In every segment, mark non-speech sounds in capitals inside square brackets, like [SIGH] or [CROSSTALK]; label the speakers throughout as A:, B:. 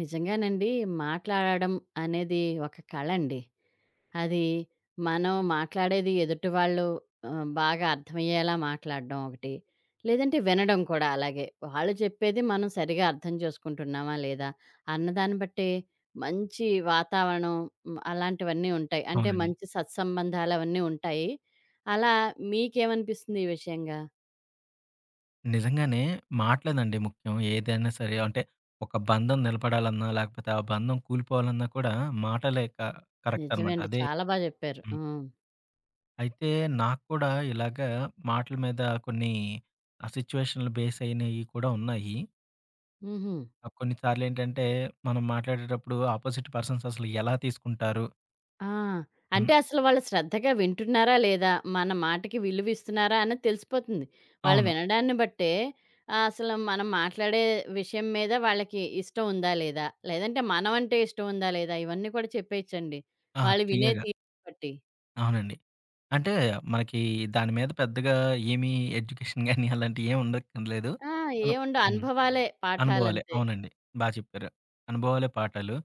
A: నిజంగానండి. మాట్లాడడం అనేది ఒక కళండి. అది మనం మాట్లాడేది ఎదుటి వాళ్ళు బాగా అర్థమయ్యేలా మాట్లాడడం ఒకటి. లేదంటే వినడం కూడా అలాగే. వాళ్ళు చెప్పేది మనం సరిగా అర్థం చేసుకుంటున్నామా లేదా? అన్నదాన్ని బట్టే మంచి వాతావరణం అలాంటివన్నీ ఉంటాయి. అంటే
B: అవునండి.
A: మంచి సత్సంబంధాలవన్నీ ఉంటాయి. అలా మీకేమనిపిస్తుంది ఈ విషయంగా?
B: నిజంగానే మాటలేనండి ముఖ్యం. ఏదైనా సరే అంటే ఒక బంధం నిలబడాలన్నా, లేకపోతే ఆ బంధం కూలిపోవాలన్నా కూడా మాటలే కరెక్ట్
A: నిజమే
B: అనమాట.
A: అండి.
B: అదే.
A: చాలా బా జెప్పారు. ఆ!
B: హ్మ్. అయితే నాకు కూడా ఇలాగ మాటల మీద కొన్ని ఆ సిట్యుయేషన్‌లు బేస్ అయినయి కూడా ఉన్నాయి.
A: హుహు.
B: కొన్నిసార్లేంటంటే మనం మాట్లాడేటప్పుడు అపోజిట్ పర్సన్స్ అసలు ఎలా తీసుకుంటారు?
A: ఆ!
B: హ్మ్.
A: అంటే అసలు వాళ్ళు శ్రద్ధగా వింటున్నారా లేదా? మన మాటకి విలువ ఇస్తున్నారా అన్నది తెలిసిపోతుంది. వాళ్ళు
B: అవును.
A: వినడాన్ని బట్టే అసలు మనం మాట్లాడే విషయం మీద వాళ్ళకి ఇష్టం ఉందా లేదా? లేదంటే మనం అంటే ఇష్టం ఉందా లేదా? ఇవన్నీ కూడా చెప్పేయొచ్చండి.
B: ఆ,
A: వాళ్ళు వినే
B: క్లియర్‌గా.
A: తీరుని బట్టి.
B: అవునండి. అంటే మనకి దాని మీద పెద్దగా ఏమి ఎడ్యుకేషన్ గాని అలాంటియేమి ఉండక్కర్లేదు.
A: ఆ!
B: మనం.
A: ఏముండవు
B: హ్మ్.
A: అనుభవాలే
B: అనుభవాలే.
A: పాఠాలంతే.
B: అవునండి. బా చెప్పారు. అనుభవాలే పాఠాలు.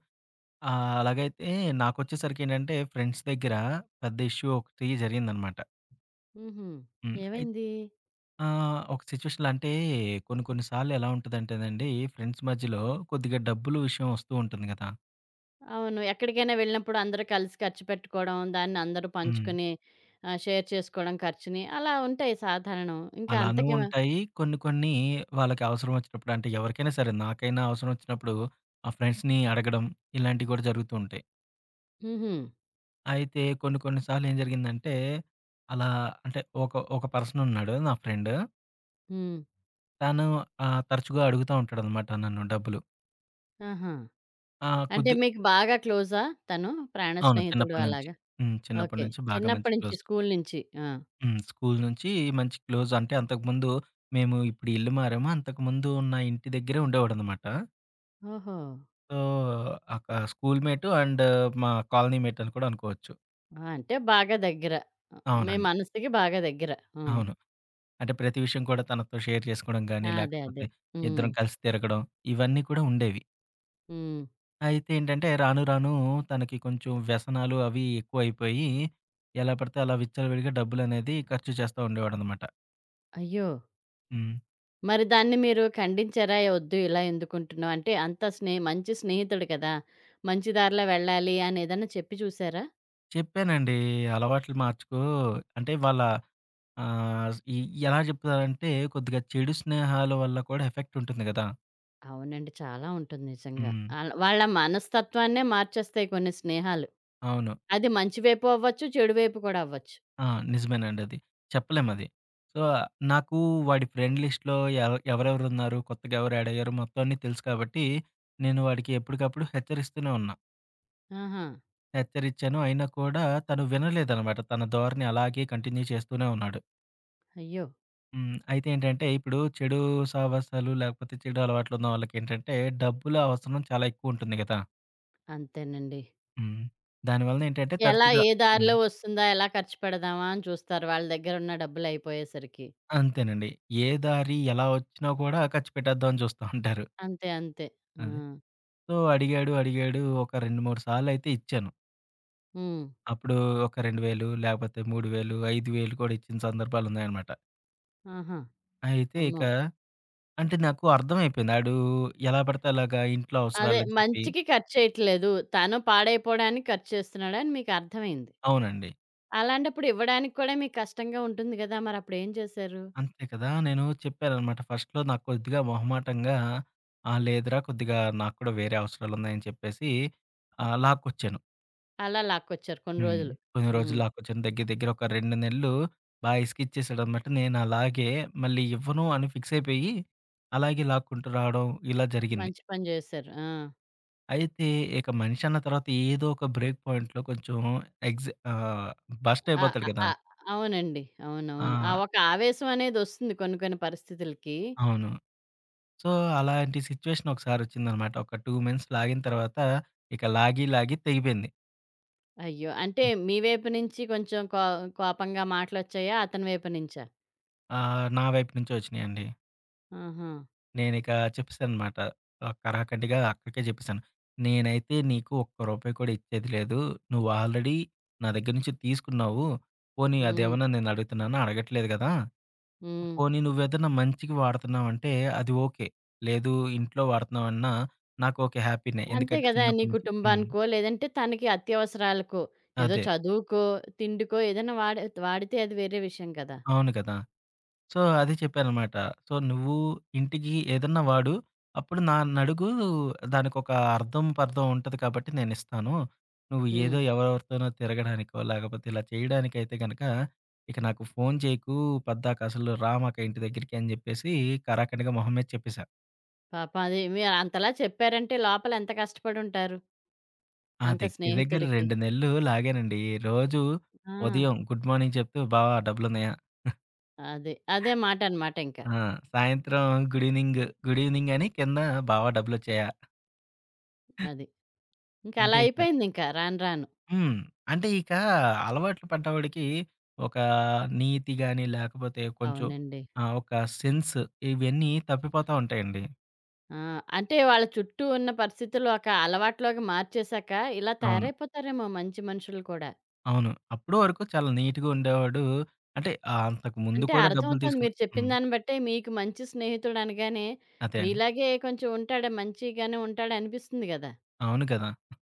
B: అలాగైతే నాకొచ్చేసరికేంటంటే ఫ్రెండ్స్ దగ్గర పెద్ద ఇష్యూ ఒకటి జరిగిందనమాట.
A: హుహు.
B: హ్మ్. అయి
A: ఏమైంది?
B: ఒక సిచ్యుయేషన్‌లో అంటే కొన్ని కొన్ని సార్లు ఎలా ఉంటదంటేనండి ఫ్రెండ్స్ మధ్యలో కొద్దిగా డబ్బులు విషయం వస్తూ ఉంటుంది గదా!
A: అవును. ఎక్కడికైనా వెళ్ళినప్పుడు అందరూ కలిసి ఖర్చు పెట్టుకోవడం, దాన్ని అందరూ
B: హ్మ్.
A: పంచుకొని షేర్ చేసుకోవడం ఖర్చుని అలా ఉంటాయి సాధారణం. ఇంకా
B: అలానూ
A: అంతకేమ
B: ఉంటాయి. కొన్ని కొన్ని వాళ్ళకి అవసరం వచ్చినప్పుడు అంటే ఎవరికైనా సరే నాకైనా అవసరం వచ్చినప్పుడు ఆ ఫ్రెండ్స్‌ని అడగడం ఇలాంటివి గూడా జరుగుతూ ఉంటాయి.
A: హుహు.
B: అయితే కొన్ని కొన్ని సార్లు ఏం జరిగిందంటే, అలా అంటే ఒక ఒక పర్సన్ ఉన్నాడు నా ఫ్రెండ్.
A: హ్మ్.
B: తను తరచుగా అడుగుతా ఉంటాడనమాట నన్ను డబ్బులు.
A: ఆహా!
B: ఆ,
A: అంటే
B: కొద్ది.
A: మీకు బాగా క్లోజా తను? ప్రాణ
B: అవును,
A: స్నేహితుడు
B: చిన్నప్పటి నుంచి.
A: అలాగా?
B: హ్మ్. చిన్నప్పటి
A: ఓకే.
B: నుంచి బాగా మంచి
A: చిన్నప్పటి నుంచి
B: క్లోజ్.
A: స్కూల్ నుంచి. ఆ!
B: హ్మ్. స్కూల్ నుంచి మంచి క్లోజ్. అంటే అంతకుముందు, మేము ఇప్పుడు ఇల్లు మారాము, అంతకుముందు ఉన్న ఇంటి దగ్గరే ఉండేవాడనమాట.
A: ఓహో!
B: సో, ఒక స్కూల్ మేట్ అండ్ మా కాలనీ మేట్ అని కూడా అనుకోవచ్చు.
A: ఆ! అంటే బాగా దగ్గర. ఆహ్, మీ
B: అవునండి.
A: మనసుకి బాగా దగ్గర. ఆ!
B: అవును. అంటే ప్రతి విషయం కూడా తనతో షేర్ చేసుకోవడం గాని,
A: ఆ, అదే.
B: లేకపోతే
A: అదే. హ్మ్.
B: ఇద్దరం కలిసి తిరగడం, ఇవన్నీ కూడా ఉండేవి.
A: హ్మ్.
B: అయితే ఏంటంటే రాను రాను తనకి కొంచెం వ్యసనాలు అవి ఎక్కువైపోయి, ఎలా పడితే అలా విచ్చలవిడిగా డబ్బులనేది ఖర్చు చేస్తా ఉండేవాడనమాట.
A: అయ్యో!
B: హ్మ్.
A: మరి దాన్ని మీరు ఖండించారా? "ఒద్దు ఇలా ఎందుకుంటున్నావు?" అంటే అంత మంచి స్నేహితుడు కదా! మంచి దారిలో వెళ్ళాలి అని ఏదన్నా చెప్పి చూసారా?
B: చెప్పానండి, అలవాట్లు మార్చుకో అంటే. వాళ్ళ ఆహ్, ఈ ఎలా చెప్తారంటే, కొద్దిగా చెడు స్నేహాల వల్ల కూడా ఎఫెక్ట్ ఉంటుంది గదా!
A: అవునండి. చాలా ఉంటుంది నిజంగా.
B: హ్మ్.
A: వాళ్ళ మనస్తత్వాన్నే మార్చేస్తాయి కొన్ని స్నేహాలు.
B: అవును.
A: అది మంచి వైపు అవ్వచ్చు, చెడు వైపు కూడా అవ్వచ్చు.
B: ఆ, నిజమేనండి అది. చెప్పలేమది. సో, నాకు వాడి ఫ్రెండ్ లిస్ట్‌లో ఎవరెవరున్నారు, కొత్తగా ఎవరు యాడ్ అయ్యారు, మొత్తం అన్నీ తెలుసు కాబట్టి, నేను వాడికి ఎప్పటికప్పుడు హెచ్చరిస్తూనే ఉన్నా.
A: ఆహా!
B: హెచ్చరిచ్చాను. అయినా కూడా తను వినలేదనమాట. తన ధోరణి అలాగే కంటిన్యూ చేస్తూనే ఉన్నాడు.
A: అయ్యో!
B: హ్మ్. అయితే ఏంటంటే, ఇప్పుడు చెడు సావాసాలు లేకపోతే చెడు అలవాట్లున్న వాళ్ళకేంటంటే, డబ్బుల అవసరం చాలా ఎక్కువుంటుంది గదా!
A: అంతేనండి.
B: హ్మ్. దానివలన ఏంటంటే తరచుగా.
A: ఏ
B: హ్మ్.
A: దారిలో వస్తుందా? ఎలా ఖర్చు పెడదామా అని చూస్తారు వాళ్ళ దగ్గరున్న డబ్బులయిపోయేసరికి.
B: అంతేనండి. ఏ దారి ఎలా వచ్చినా కూడా ఖర్చు పెట్టేద్దామని చూస్తా ఉంటారు.
A: అంతే. అంతే. ఆ!
B: అది. సో, అడిగాడు, అడిగాడు. ఒక 2, 3 సార్లయితే ఇచ్చాను.
A: హ్మ్.
B: అప్పుడు ఒక 2,000 లేకపోతే 3,000, 5,000 కూడా ఇచ్చిన సందర్భాలున్నాయనమాట.
A: ఆహా!
B: అయితే ఇక
A: అమ్మో!
B: అంటే నాకు అర్థమైపోయింది. ఆడు ఎలా పడితే అలాగా ఇంట్లో
A: అదే
B: అవసరాలని చెప్పి.
A: మంచికి ఖర్చేయట్లేదు. తను పాడైపోవడానికి ఖర్చు చేస్తున్నాడని మీకర్థమైంది.
B: అవునండి.
A: అలాంటప్పుడు ఇవ్వడానికి కూడా మీకు కష్టంగా ఉంటుంది గదా! మరప్పుడేం చేశారు?
B: అంతే కదా! నేను చెప్పాననమాట. ఫస్ట్‌లో నాకు కొద్దిగా మొహమాటంగా, "ఆ, లేదురా కొద్దిగా నాకు కూడా వేరే అవసరాలున్నాయి" అని చెప్పేసి లాక్కొచ్చాను.
A: అలా లాక్కొచ్చారు కొన్ని
B: హ్మ్.
A: రోజులు.
B: కొన్ని
A: హ్మ్.
B: రోజులు ఆకొచ్చిన దగ్గర దగ్గర ఒక 2 నెలలు బాగా ఇసికిచ్చేసాడనమాట. నేను అలాగే మళ్ళీ ఇవ్వను అని ఫిక్స్ అయిపోయి, అలాగే లాక్కుంటూ రావడం ఇలా జరిగింది.
A: మంచి పని జేశారు. ఆ!
B: అయితే ఇక మనిషి అన్న తర్వాత ఏదో ఒక బ్రేక్ పాయింట్‌లో కొంచెం ఎగ్జ్ ఆహ్, బస్ట్
A: ఆ!
B: అయిపోతాడు
A: ఆ!
B: కదా!
A: ఆ! అవునండి.
B: ఆ.
A: అవునవును. ఆ ఒక ఆవేశం అనేదొస్తుంది కొన్ని కొన్ని పరిస్థితులకి.
B: అవును. సో, అలాంటి సిట్యుయేషన్ ఒకసారొచ్చిందనమాట. ఒక 2 మంత్స్ లాగిన తర్వాత ఇక లాగి, లాగి తెగిపోయింది.
A: అయ్యో! అంటే మీ వైపు నుంచి కొంచెం కోపంగా మాటలొచ్చాయా? అతని వైపు నుంచా?
B: నా వైపు నుంచే వచ్చినాయండి.
A: ఆహా!
B: నేనిక చెప్పేసాననమాట. కరాకండిగా అక్కడికే జెప్పేసాను. నేనైతే నీకు ఒక్క రూపాయి కూడా ఇచ్చేది లేదు. నువ్వు ఆల్రెడీ నా దగ్గర నుంచి తీసుకున్నావు. పోనీ
A: హ్మ్.
B: అదేమన్నా నేను అడుగుతున్నానా? అడగట్లేదు గదా!
A: హ్మ్.
B: పోనీ నువ్వేదన్నా మంచికి వాడుతున్నావంటే అది ఓకే. లేదు ఇంట్లో వాడుతున్నావన్నా నాకు ఓకే, హ్యాపీనే.
A: అంతే
B: ఎందుకంటే
A: గదా! నీ
B: చిన్నప్పటి నుంచి. హ్మ్.
A: కుటుంబానికో, లేదంటే తనకి అత్యవసరాలకో, ఏదో
B: అదే.
A: చదువుకో, తిండికో ఏదైనా వాడి వాడితే అది వేరే విషయం కదా!
B: అవును కదా! సో, అదే చెప్పాననమాట. సో, నువ్వు ఇంటికి ఏదన్నా వాడు. అప్పుడు నా నడుగు, దానికొక అర్థం, పర్థం ఉంటది కాబట్టి నేనిస్తాను. నువ్వు ఏదో
A: హ్మ్.
B: ఎవరెవరితోనో తిరగడానికో, లేకపోతే ఇలా చేయడానికైతే గనక, ఇక నాకు ఫోను చేయకు, పద్దాకసలు రా మాక ఇంటి దగ్గరికి అని జెప్పేసి కరాకండిగా మొహం మీద చెప్పేశా.
A: పాపం అది మీరు అంతలా చెప్పారంటే లోపల ఎంత కష్టపడుంటారు.
B: ఆ,
A: అంత
B: దగ్గర దగ్గర
A: స్నేహితుడికి.
B: 2 నెలలు లాగానండి. రోజు
A: ఆ!
B: ఉదయం గుడ్ మార్నింగ్ చెప్తూ బావ డబ్బులున్నాయా?
A: అదే. అదే మాటనమాట ఇంకా.
B: ఆ. సాయంత్రం గుడ్ ఈవెనింగ్, గుడ్ ఈవెనింగ్ అని కింద బావ డబ్బులొచ్చాయా?
A: అది. ఇంకా అలా
B: అంటే ఇక.
A: అయిపోయిందింక రాను రాను.
B: హ్మ్. అంటే ఇక అలవాట్లు పడ్డవాడికి ఒక నీతి గాని, లేకపోతే కొంచెం
A: అవునండి.
B: ఒక సెన్స్ ఇవన్నీ తప్పిపోతా ఉంటాయండి.
A: ఆ! అంటే వాళ్ళ చుట్టూ ఉన్న పరిస్థితులు ఒక అలవాటులోకి మార్చేసాక ఇలా
B: అవును.
A: తయారైపోతారేమో మంచి మనుషులు కూడా.
B: అవును, అప్పటి వరకు చాలా నీట్‌గా ఉండేవాడు. అంటే అంతకు ముందు
A: అంటే
B: కూడా డబ్బులు
A: అర్థమవుతోంది
B: తీసుకున్న.
A: మీరు చెప్పిన
B: హ్మ్.
A: దాన్ని బట్టే మీకు మంచి స్నేహితుడు అనగానే
B: అదే అండి.
A: మీలాగే కొంచెం ఉంటాడు మంచిగానే ఉంటాడనిపిస్తుంది గదా!
B: అవును కదా!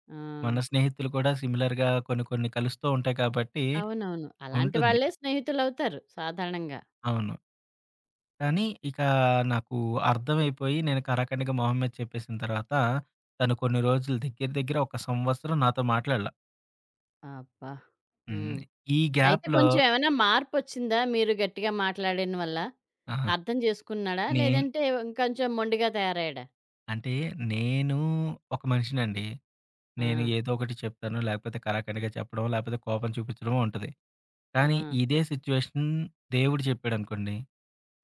A: ఆ!
B: మన స్నేహితులు కూడా సిమిలర్‌గా కొన్ని కొన్ని కలుస్తూ ఉంటాయి కాబట్టి
A: అవునవును. అలాంటి
B: ఉంటుంది.
A: వాళ్ళే స్నేహితులవుతారు సాధారణంగా.
B: అవును. కానీ ఇక నాకు అర్థమైపోయి నేను కరాకండిగా మొహం మీద చెప్పేసిన తర్వాత, తను కొన్ని రోజులు, దగ్గర దగ్గర ఒక సంవత్సరం నాతో మాట్లాడల.
A: అబ్బా!
B: హ్మ్.
A: హ్మ్.
B: ఈ
A: అయితే
B: గ్యాప్‌లో.
A: కొంచెం ఏమైనా మార్పొచ్చిందా మీరు గట్టిగా మాట్లాడిన వల్ల?
B: ఆహా.
A: అర్థం చేసుకున్నాడా?
B: నేను
A: లేదంటే ఇంకొంచెం మొండిగా తయారయ్యాడా?
B: అంటే నేను ఒక మనిషినండి.
A: ఆ!
B: నేను ఏదో ఒకటి చెప్తాను. లేకపోతే కరాకండిగా చెప్పడం, లేకపోతే కోపం చూపించడమో ఉంటది. కానీ
A: ఆ!
B: ఇదే సిట్యుయేషన్ దేవుడు చెప్పాడనుకోండి,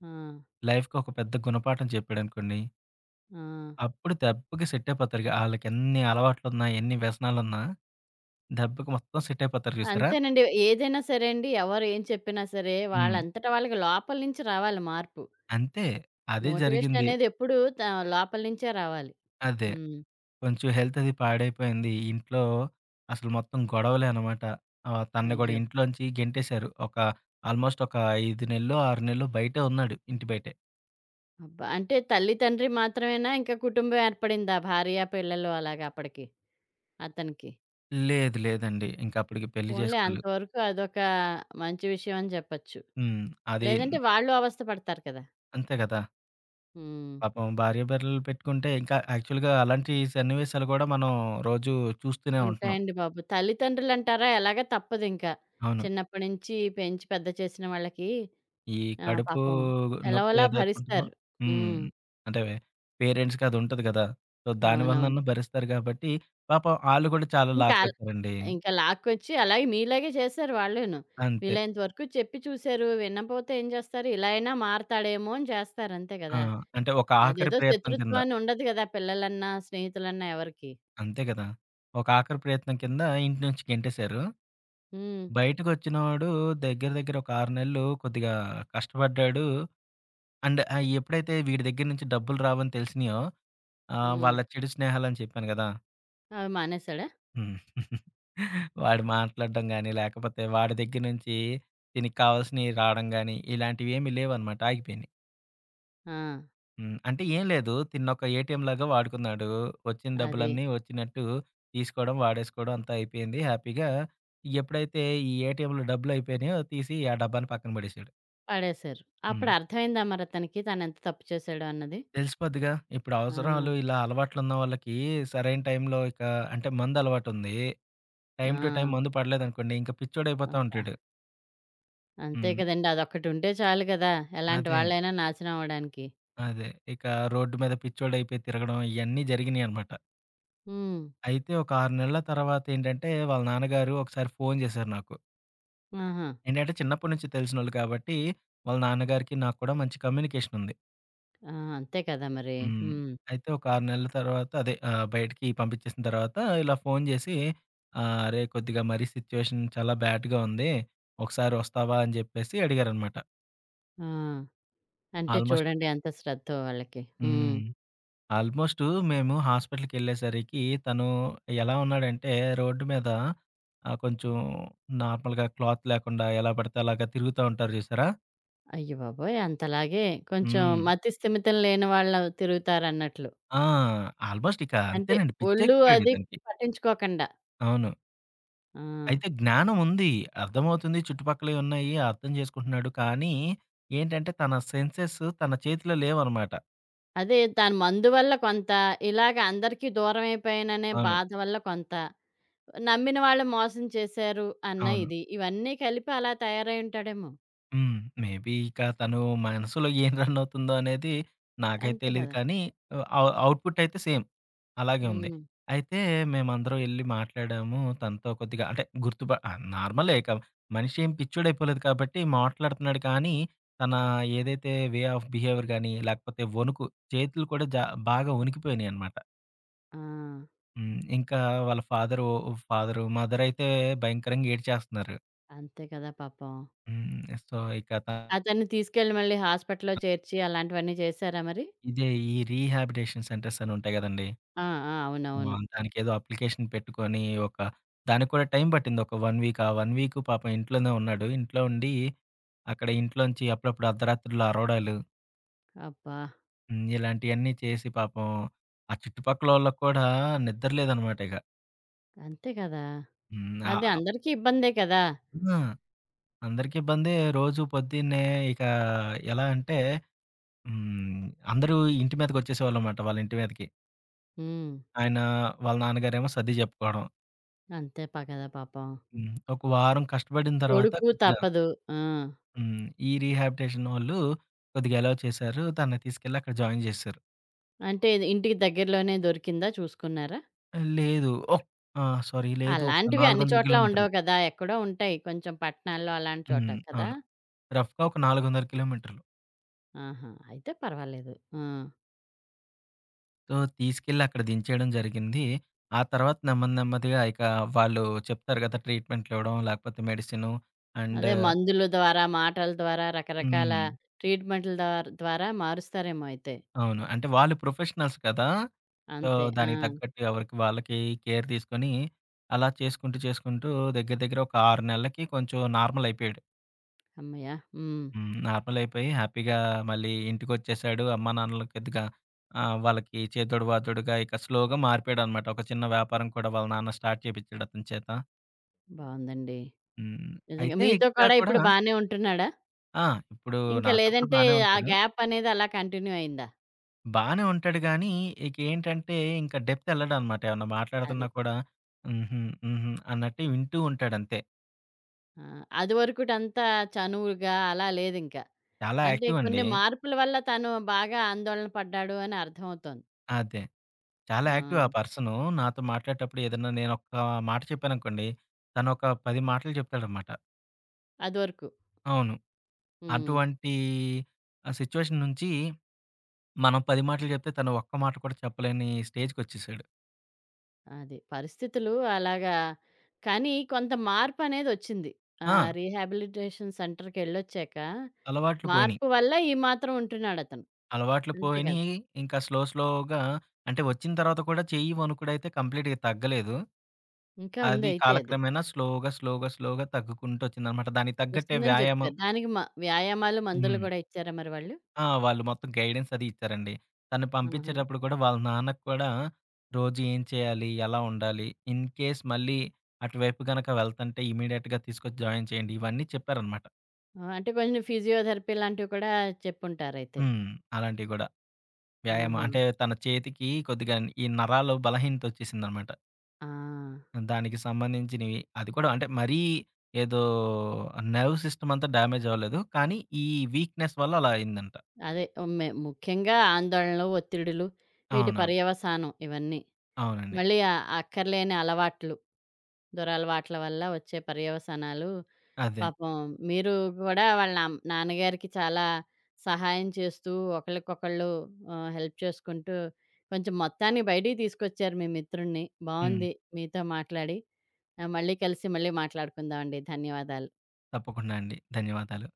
A: ఆ!
B: లైఫ్‌కి ఒక పెద్ద గుణపాఠం చెప్పాడనుకోండి,
A: ఆ!
B: అప్పుడు దెబ్బకి సెట్ అయిపోతారు. ఆళ్ళకెన్ని అలవాట్లున్నా, ఎన్ని వ్యసనాలున్నా దెబ్బకి మొత్తం సెట్ అయిపోతారు చూసారా?
A: అంతేనండి. ఏదైనా సరే అండి, ఎవరు ఏం చెప్పినా సరే,
B: హ్మ్.
A: వాళ్ళంతట వాళ్ళకి లోపల నుంచి రావాలి మార్పు.
B: అంతే. అదే
A: మోటివేషన్
B: జరిగింది.
A: అనేది ఎప్పుడూ లోపల నుంచే రావాలి.
B: అదే.
A: హ్మ్.
B: కొంచెం హెల్త్ అది పాడైపోయింది. ఇంట్లో అసలు మొత్తం గొడవలే అనమాట. తనని గూడా
A: అయ్యో!
B: ఇంట్లోంచి గెంటేశారు. ఒక ఆల్‌మోస్ట్ ఒక 5 నెల్లో, 6 నెల్లో బయటే ఉన్నాడు. ఇంటి బయటే.
A: అబ్బా! అంటే తల్లి, తండ్రి మాత్రమేనా ఇంకా కుటుంబం ఏర్పడిందా? భార్య, పిల్లలు అలాగా అప్పటికి అతనికి?
B: లేదు లేదండి, ఇంకా అప్పటికి పెళ్లి
A: పోన్లే
B: చేసుకోలేదు.
A: అంతవరకు అదొక మంచి విషయం అని చెప్పొచ్చు.
B: హ్మ్. అది.
A: లేదంటే వాళ్ళు అవస్థ పడతారు కదా!
B: అంతే గదా!
A: హ్మ్.
B: పాపం భార్య బిడ్డలు పెట్టుకుంటే ఇంకా యాక్చువల్‌గా అలాంటి సన్నివేశాలు గూడా మనం రోజు చూస్తూనే ఉంటున్నాం.
A: ఉంటాయండి బాబు. తల్లిదండ్రులంటారా ఎలాగ తప్పదింక.
B: అవును.
A: చిన్నప్పటి నుంచి పెంచి పెద్ద చేసిన వాళ్ళకి
B: ఈ కడుపు
A: పాపం
B: నొప్పి
A: ఎలాగోలా
B: ఏదైతే ఉంటుందో.
A: భరిస్తారు.
B: హ్మ్.
A: హ్మ్.
B: అంటే పేరెంట్స్‌కి అది ఉంటది కదా! సో,
A: అవునవును.
B: దానివలనన్నా భరిస్తారు కాబట్టి, పాపం ఆళ్ళు కూడా చాలా
A: ఇంకా అల్
B: లాక్కొచ్చారండి.
A: ఇంకా లాక్కొచ్చి అలాగే మీలాగే చేశారు వాళ్ళును.
B: అంతే.
A: వీలైనంత వరకు చెప్పి చూసారు. వినపోతే ఏం చేస్తారు? ఇలా అయినా మారతాడేమో అని చేస్తారు అంతే
B: ఆ,
A: కదా!
B: అంటే ఒక ఆఖరి
A: అదేదో
B: ప్రయత్నం కింద.
A: శత్రుత్వం అని ఉండదు కదా! పిల్లలన్నా, స్నేహితులన్నా ఎవరికీ.
B: అంతే కదా! ఒక ఆఖరి ప్రయత్నం కింద ఇంటి నుంచి గెంటేశారు.
A: హ్మ్.
B: బయటకొచ్చినోడు దగ్గర దగ్గర ఒక 6 నెలలు కొద్దిగా కష్టపడ్డాడు. అండ్ ఎప్పుడైతే వీడి దగ్గర నుంచి డబ్బులు రావని తెలిసినాయో,
A: హ్మ్.
B: వాళ్ళ చెడు స్నేహాలని చెప్పాను కదా!
A: అవి మానేసాడా?
B: హ్మ్. [LAUGHS] వాడు మాట్లాడడం గాని, లేకపోతే వాడి దగ్గర నుంచి తినికి కావాల్సినయి రావడం గాని, ఇలాంటివేమీ లేవనమాట. ఆగిపోయినియి.
A: ఆ!
B: హ్మ్. అంటే ఏం లేదు, తిన్నొక ఏటీఎం లాగా వాడుకున్నాడు. వచ్చిన
A: అది.
B: డబ్బులన్నీ వచ్చినట్టు తీసుకోవడం, వాడేసుకోవడం అంతా అయిపోయింది హ్యాపీగా. ఎప్పుడైతే ఈ ఏటీఎంలో డబ్బులయిపోయినాయో తీసి ఆ డబ్బాని పక్కన పడేసాడు.
A: పడేశారు. అప్పుడు
B: హ్మ్.
A: అర్థమైందా మరతనికి తనెంత తప్పు చేశాడో అన్నది?
B: తెలిసిపోద్దిగా. ఇప్పుడు
A: ఆ!
B: అవసరాలు ఇలా అలవాట్లున్న వాళ్ళకి సరైన టైంలో ఇక అంటే మందలవాటుంది. టైమ్ టు టైమ్
A: ఆ!
B: మందు పడలేదనుకోండి, ఇంక పిచ్చోడయిపోతా
A: అబ్బా!
B: ఉంటాడు.
A: అంతే
B: హ్మ్.
A: కదండీ. అదొక్కటుంటే చాలు కదా! ఎలాంటి
B: అదే.
A: వాళ్ళైనా నాశనం అవ్వడానికి.
B: అదే. ఇక రోడ్డు మీద పిచ్చోడయిపోయి తిరగడం ఇయన్నీ జరిగినియనమాట.
A: హ్మ్.
B: అయితే ఒక 6 నెలల తర్వాతేంటంటే, వాళ్ళ నాన్నగారు ఒకసారి ఫోను జేశారు నాకు.
A: ఆహా!
B: ఏంటంటే చిన్నప్పటి నుంచి తెలిసినోళ్ళు కాబట్టి, వాళ్ళ నాన్నగారికి నాకు కూడా మంచి కమ్యూనికేషనుంది.
A: ఆ! అంతే కదా మరి.
B: హ్మ్.
A: హ్మ్.
B: అయితే ఒక 6 నెలల తర్వాత అదే బయటికి పంపించేసిన తర్వాత ఇలా ఫోను జేసి, "అరేయ్! కొద్దిగా మరీ సిచ్యువేషన్ చాలా బ్యాడ్‌గా ఉంది. ఒకసారి వస్తావా?" అని జెప్పేసి అడిగారనమాట.
A: ఆ! అంటే
B: ఆల్మోస్ట్.
A: చూడండి ఎంత శ్రద్ధో వాళ్ళకి. హ్మ్.
B: హ్మ్. ఆల్మోస్టు, మేము హాస్పిటల్‌కెళ్ళేసరికి తను ఎలా ఉన్నాడంటే, రోడ్డు మీద, కొంచెం నార్మల్‌గా క్లాత్ లేకుండా ఎలా పడితే అలాగా తిరుగుతా ఉంటారు చూసారా?
A: అయ్య బాబోయ్! అంతలాగే కొంచెం
B: హ్మ్.
A: మతి స్థిమితం లేని వాళ్ళు తిరుగుతారన్నట్లు.
B: ఆ. ఆల్మోస్ట్ ఇక
A: అంటే
B: అంతేనండి,
A: ఒళ్ళు
B: పిచ్చెక్కిపోయాడు
A: అది
B: ఇతనికి.
A: పట్టించుకోకండా.
B: అవును.
A: ఆ!
B: అయితే జ్ఞానం ఉంది. అర్థమవుతుంది. చుట్టుపక్కలయి ఉన్నాయి. అర్థం చేసుకుంటున్నాడు. కానీ ఏంటంటే, తన సెన్సెస్ తన చేతిలో లేవనమాట.
A: అదే దాని మందు వల్ల కొంత, ఇలాగ అందరికీ దూరమైపోయాననే
B: అవును.
A: బాధ వల్ల కొంత, నమ్మిన వాళ్ళు మోసం చేశారు అన్న
B: అవును.
A: ఇది. ఇవన్నీ కలిపి అలా తయారై ఉంటాడేమో!
B: హ్మ్. మేబీ ఇక తను మనసులో ఏం రన్ అవుతుందో అనేది నాకైతే
A: అంతే
B: తెలీదు
A: కదా!
B: కానీ, అవుట్‌పుట్ అయితే సేమ్ అలాగే ఉంది.
A: హ్మ్.
B: అయితే మేమందరం ఎళ్లి మాట్లాడాము. తనతో కొద్దిగా అంటే నార్మలే ఇక, మనిషి ఏం పిచ్చోడైపోలేదు కాబట్టి మాట్లాడుతున్నాడు కానీ, తన ఏదైతే వే ఆఫ్ బిహేవియర్ గాని, లేకపోతే వణుకు, చేతులు కూడా బాగా వణికిపోయినాయన్నమాట.
A: ఆ!
B: హ్మ్. ఇంకా వాళ్ళ ఫాదరు, మదర్ అయితే భయంకరంగా ఏడ్చేస్తున్నారు.
A: అంతే కదా పాపం.
B: హ్మ్. సో, ఇక త
A: అతన్ని తీసుకెళ్ళి మళ్ళీ హాస్పిటల్‌లో చేర్చి అలాంటివన్నీ చేశారా మరి?
B: ఇదే ఈ రీహాబిలిటేషన్ సెంటర్స్ అని ఉంటాయి గదండీ!
A: ఆ! ఆ! అవునవును.
B: దానికేదో అప్లికేషన్ పెట్టుకొని ఒక దానికి కూడా టైం పట్టింది. ఒక 1 వీక్. ఆ 1 వీక్ పాపం ఇంట్లోనే ఉన్నాడు. ఇంట్లో ఉండి అక్కడ ఇంట్లోంచి అప్పుడప్పుడు అర్ధరాత్రులు అరవడాలు.
A: అబ్బా!
B: హ్మ్. ఇలాంటియన్నీ చేసి పాపం ఆ చుట్టుపక్కలోళ్ళకి కూడా నిద్ర లేదనమాట ఇక.
A: అంతే కదా!
B: హ్మ్.
A: అది
B: ఆహ్.
A: అందరికీ ఇబ్బందే కదా!
B: ఆ, అందరికి ఇబ్బందే. రోజు పొద్దున్నే ఇక ఎలా అంటే. హ్మ్. అందరూ ఇంటి మీదకొచ్చేసేవాళ్ళనమాట వాళ్ళ ఇంటి మీదకి.
A: హ్మ్.
B: ఆయన వాళ్ళ నాన్నగారేమో సర్ది చెప్పుకోవడం.
A: అంతే పా కదా పాపం.
B: హ్మ్. ఒక వారం కష్టపడిన తర్వాత
A: కొడుకు
B: కొద్దిగా.
A: తప్పదు. ఆ!
B: హ్మ్. ఈ రీహాబిటేషన్ వాళ్ళు కొద్దిగా అలౌ చేశారు. తనని తీసుకెళ్ళి అక్కడ జాయిన్ చేశారు.
A: అంటే ఇది ఇంటికి దగ్గరలోనే దొరికిందా చూసుకున్నారా?
B: లేదు ఒక్ ఆ! సారీ, లేదు, ఒక
A: అలాంటివి అన్ని
B: 400
A: చోట్ల
B: కిలోమీటర్లు.
A: ఉండవు కదా! ఎక్కడో ఉంటాయి. కొంచెం పట్టణాల్లో అలాంటి చోట
B: హ్మ్.
A: కదా!
B: అవును. రఫ్‌గా ఒక 400 కిలోమీటర్లు.
A: ఆహా! అయితే పర్వాలేదు. ఆ!
B: సో, తీసుకెళ్ళి అక్కడ దించేయడం జరిగింది. ఆ తర్వాత నెమ్మది నెమ్మదిగా ఇక, వాళ్ళు చెప్తారు కదా, ట్రీట్‌మెంట్‌లివ్వడం లేకపోతే మెడిసిను అండ్.
A: అదే మందుల ద్వారా, మాటల ద్వారా, రకరకాల
B: హ్మ్.
A: ట్రీట్‌మెంట్‌ల ద్వారా మారుస్తారేమో అయితే.
B: అవును. అంటే వాళ్ళు ప్రొఫెషనల్స్ కదా! సో,
A: అంతే. ఆ!
B: దానికి అవును, తగ్గట్టు ఎవరికి వాళ్ళకి కేర్ తీసుకొని, అలా చేసుకుంటూ, చేసుకుంటూ దగ్గర దగ్గర ఒక 6 నెలలకి కొంచెం నార్మల్ అయిపోయాడు.
A: హమ్మయ్య! హ్మ్.
B: హ్మ్. నార్మల్ అయిపోయి హ్యాపీగా మళ్ళీ ఇంటికొచ్చేసాడు. అమ్మానాన్నలు కొద్దిగా, వాళ్ళకి చేదోడు వాదోడుగా ఇక స్లోగా మారిపోయాడనమాట. ఒక చిన్న వ్యాపారం కూడా వాళ్ళ నాన్న స్టార్ట్ చేపిచ్చాడు అతని చేత.
A: బావుందండి.
B: హ్మ్.
A: నిజంగా
B: అయితే
A: మీతో
B: ఇంకా
A: కూడా
B: కూడా,
A: ఇప్పుడు బానే ఉంటున్నాడా?
B: ఆ, ఇప్పుడు
A: ఇంకా
B: నాతో కూడా
A: లేదంటే
B: బానే
A: ఆ
B: ఉంటాడు.
A: గ్యాప్ అనేది అలా కంటిన్యూ అయిందా?
B: బానే ఉంటాడు గానీ, ఇకేంటంటే ఇంక డెప్తెళ్ళడనమాట. ఏమన్నా
A: అది.
B: మాట్లాడుతున్నా కూడా హుహు, హుహు అన్నట్టు వింటూ ఉంటాడంతే.
A: ఆ! అది వరకుటంతా చనువుగా అలా లేదింకా.
B: చాలా
A: అంటే కొన్ని
B: యాక్టివండి.
A: మార్పుల వల్ల తను బాగా ఆందోళన పడ్డాడు అని అర్థమవుతోంది.
B: అదే. చాలా
A: ఆ!
B: యాక్టివ్ ఆ పర్సను. నాతో మాట్లాడేటప్పుడు ఏదన్నా నేనొక్క మాట చెప్పాననుకోండి, తనొక 10 మాటలు చెప్తాడనమాట.
A: అదివరకు.
B: అవును.
A: హ్మ్.
B: అటువంటి సిచ్యువేషన్ నుంచి మనం 10 మాటలు చెప్తే తను ఒక్క మాట కూడా చెప్పలేని స్టేజ్‌కొచ్చేసాడు.
A: అది. పరిస్థితులు అలాగా కానీ కొంత మార్పనేదొచ్చింది.
B: ఆ.
A: రీహాబిలిటేషన్ సెంటర్‌కెళ్ళొచ్చాక
B: అలవాట్లు పోయినియి.
A: మార్పు వల్ల ఈ మాత్రం ఉంటున్నాడతను.
B: అలవాట్లు
A: అంతే కదా!
B: పోయినియి. ఇంకా స్లో స్లోగా, అంటే వచ్చిన తర్వాత కూడా చెయ్యి వణుకుడైతే కంప్లీట్‌గా తగ్గలేదు.
A: ఇంకా
B: అది
A: ఉందయితే అది.
B: కాలక్రమేణా స్లోగా, స్లోగా, స్లోగా తగ్గుకుంటూ వచ్చిందనమాట. దానికి తగ్గట్టే
A: వస్తుందని
B: వ్యాయామం.
A: చెప్పారు. దానికి వ్యాయామాలు, మందులు
B: హ్మ్.
A: గూడా ఇచ్చారా మరి వాళ్ళు?
B: ఆ, వాళ్ళు మొత్తం గైడెన్స్ అది ఇచ్చారండి. తను
A: ఆహా!
B: పంపించేటప్పుడు కూడా వాళ్ళ నాన్నకి కూడా రోజు ఏం చేయాలి, ఎలా ఉండాలి, ఇన్ కేస్ మళ్ళీ అటువైపు గనక వెళ్తంటే ఇమ్మీడియేట్‌గా తీసుకొచ్చి జాయిన్ చేయండి, ఇవన్నీ చెప్పారనమాట.
A: ఆ! అంటే కొన్ని ఫిజియోథెరపీ లాంటివి కూడా చెప్పుంటారయితే.
B: హ్మ్. అలాంటివి గూడా. వ్యాయామం
A: ఆహా!
B: అంటే తన చేతికి కొద్దిగా ఈ నరాలు బలహీనత వచ్చేసిందనమాట.
A: ఆ!
B: దానికి సంబంధించినవి. అది కూడా అంటే మరీ, ఏదో నర్వ్ సిస్టమ్ అంతా డ్యామేజ్ అవ్వలేదు, కానీ ఈ వీక్‌నెస్ వల్ల అలా అయిందంట.
A: అదే. ముఖ్యంగా ఆందోళనలు, ఒత్తిడులు వీటి
B: అవునవును.
A: పర్యవసానం ఇవన్నీ.
B: అవునండి.
A: మళ్ళీ అక్కర్లేని అలవాట్లు, దురలవాట్ల వల్ల వచ్చే పర్యవసానాలు
B: అదే.
A: పాపం మీరు గూడా వాళ్ళ నాన్నగారికి చాలా సహాయం చేస్తూ ఒకళ్ళకొకళ్ళు హెల్ప్ చేసుకుంటూ కొంచెం మొత్తాన్ని బయటికి తీసుకొచ్చారు మీ మిత్రుడిని.
B: హ్మ్.
A: బావుంది మీతో మాట్లాడి. మళ్ళీ కలిసి మళ్ళీ మాట్లాడుకుందామండి. ధన్యవాదాలు.
B: తప్పకుండా అండి. ధన్యవాదాలు.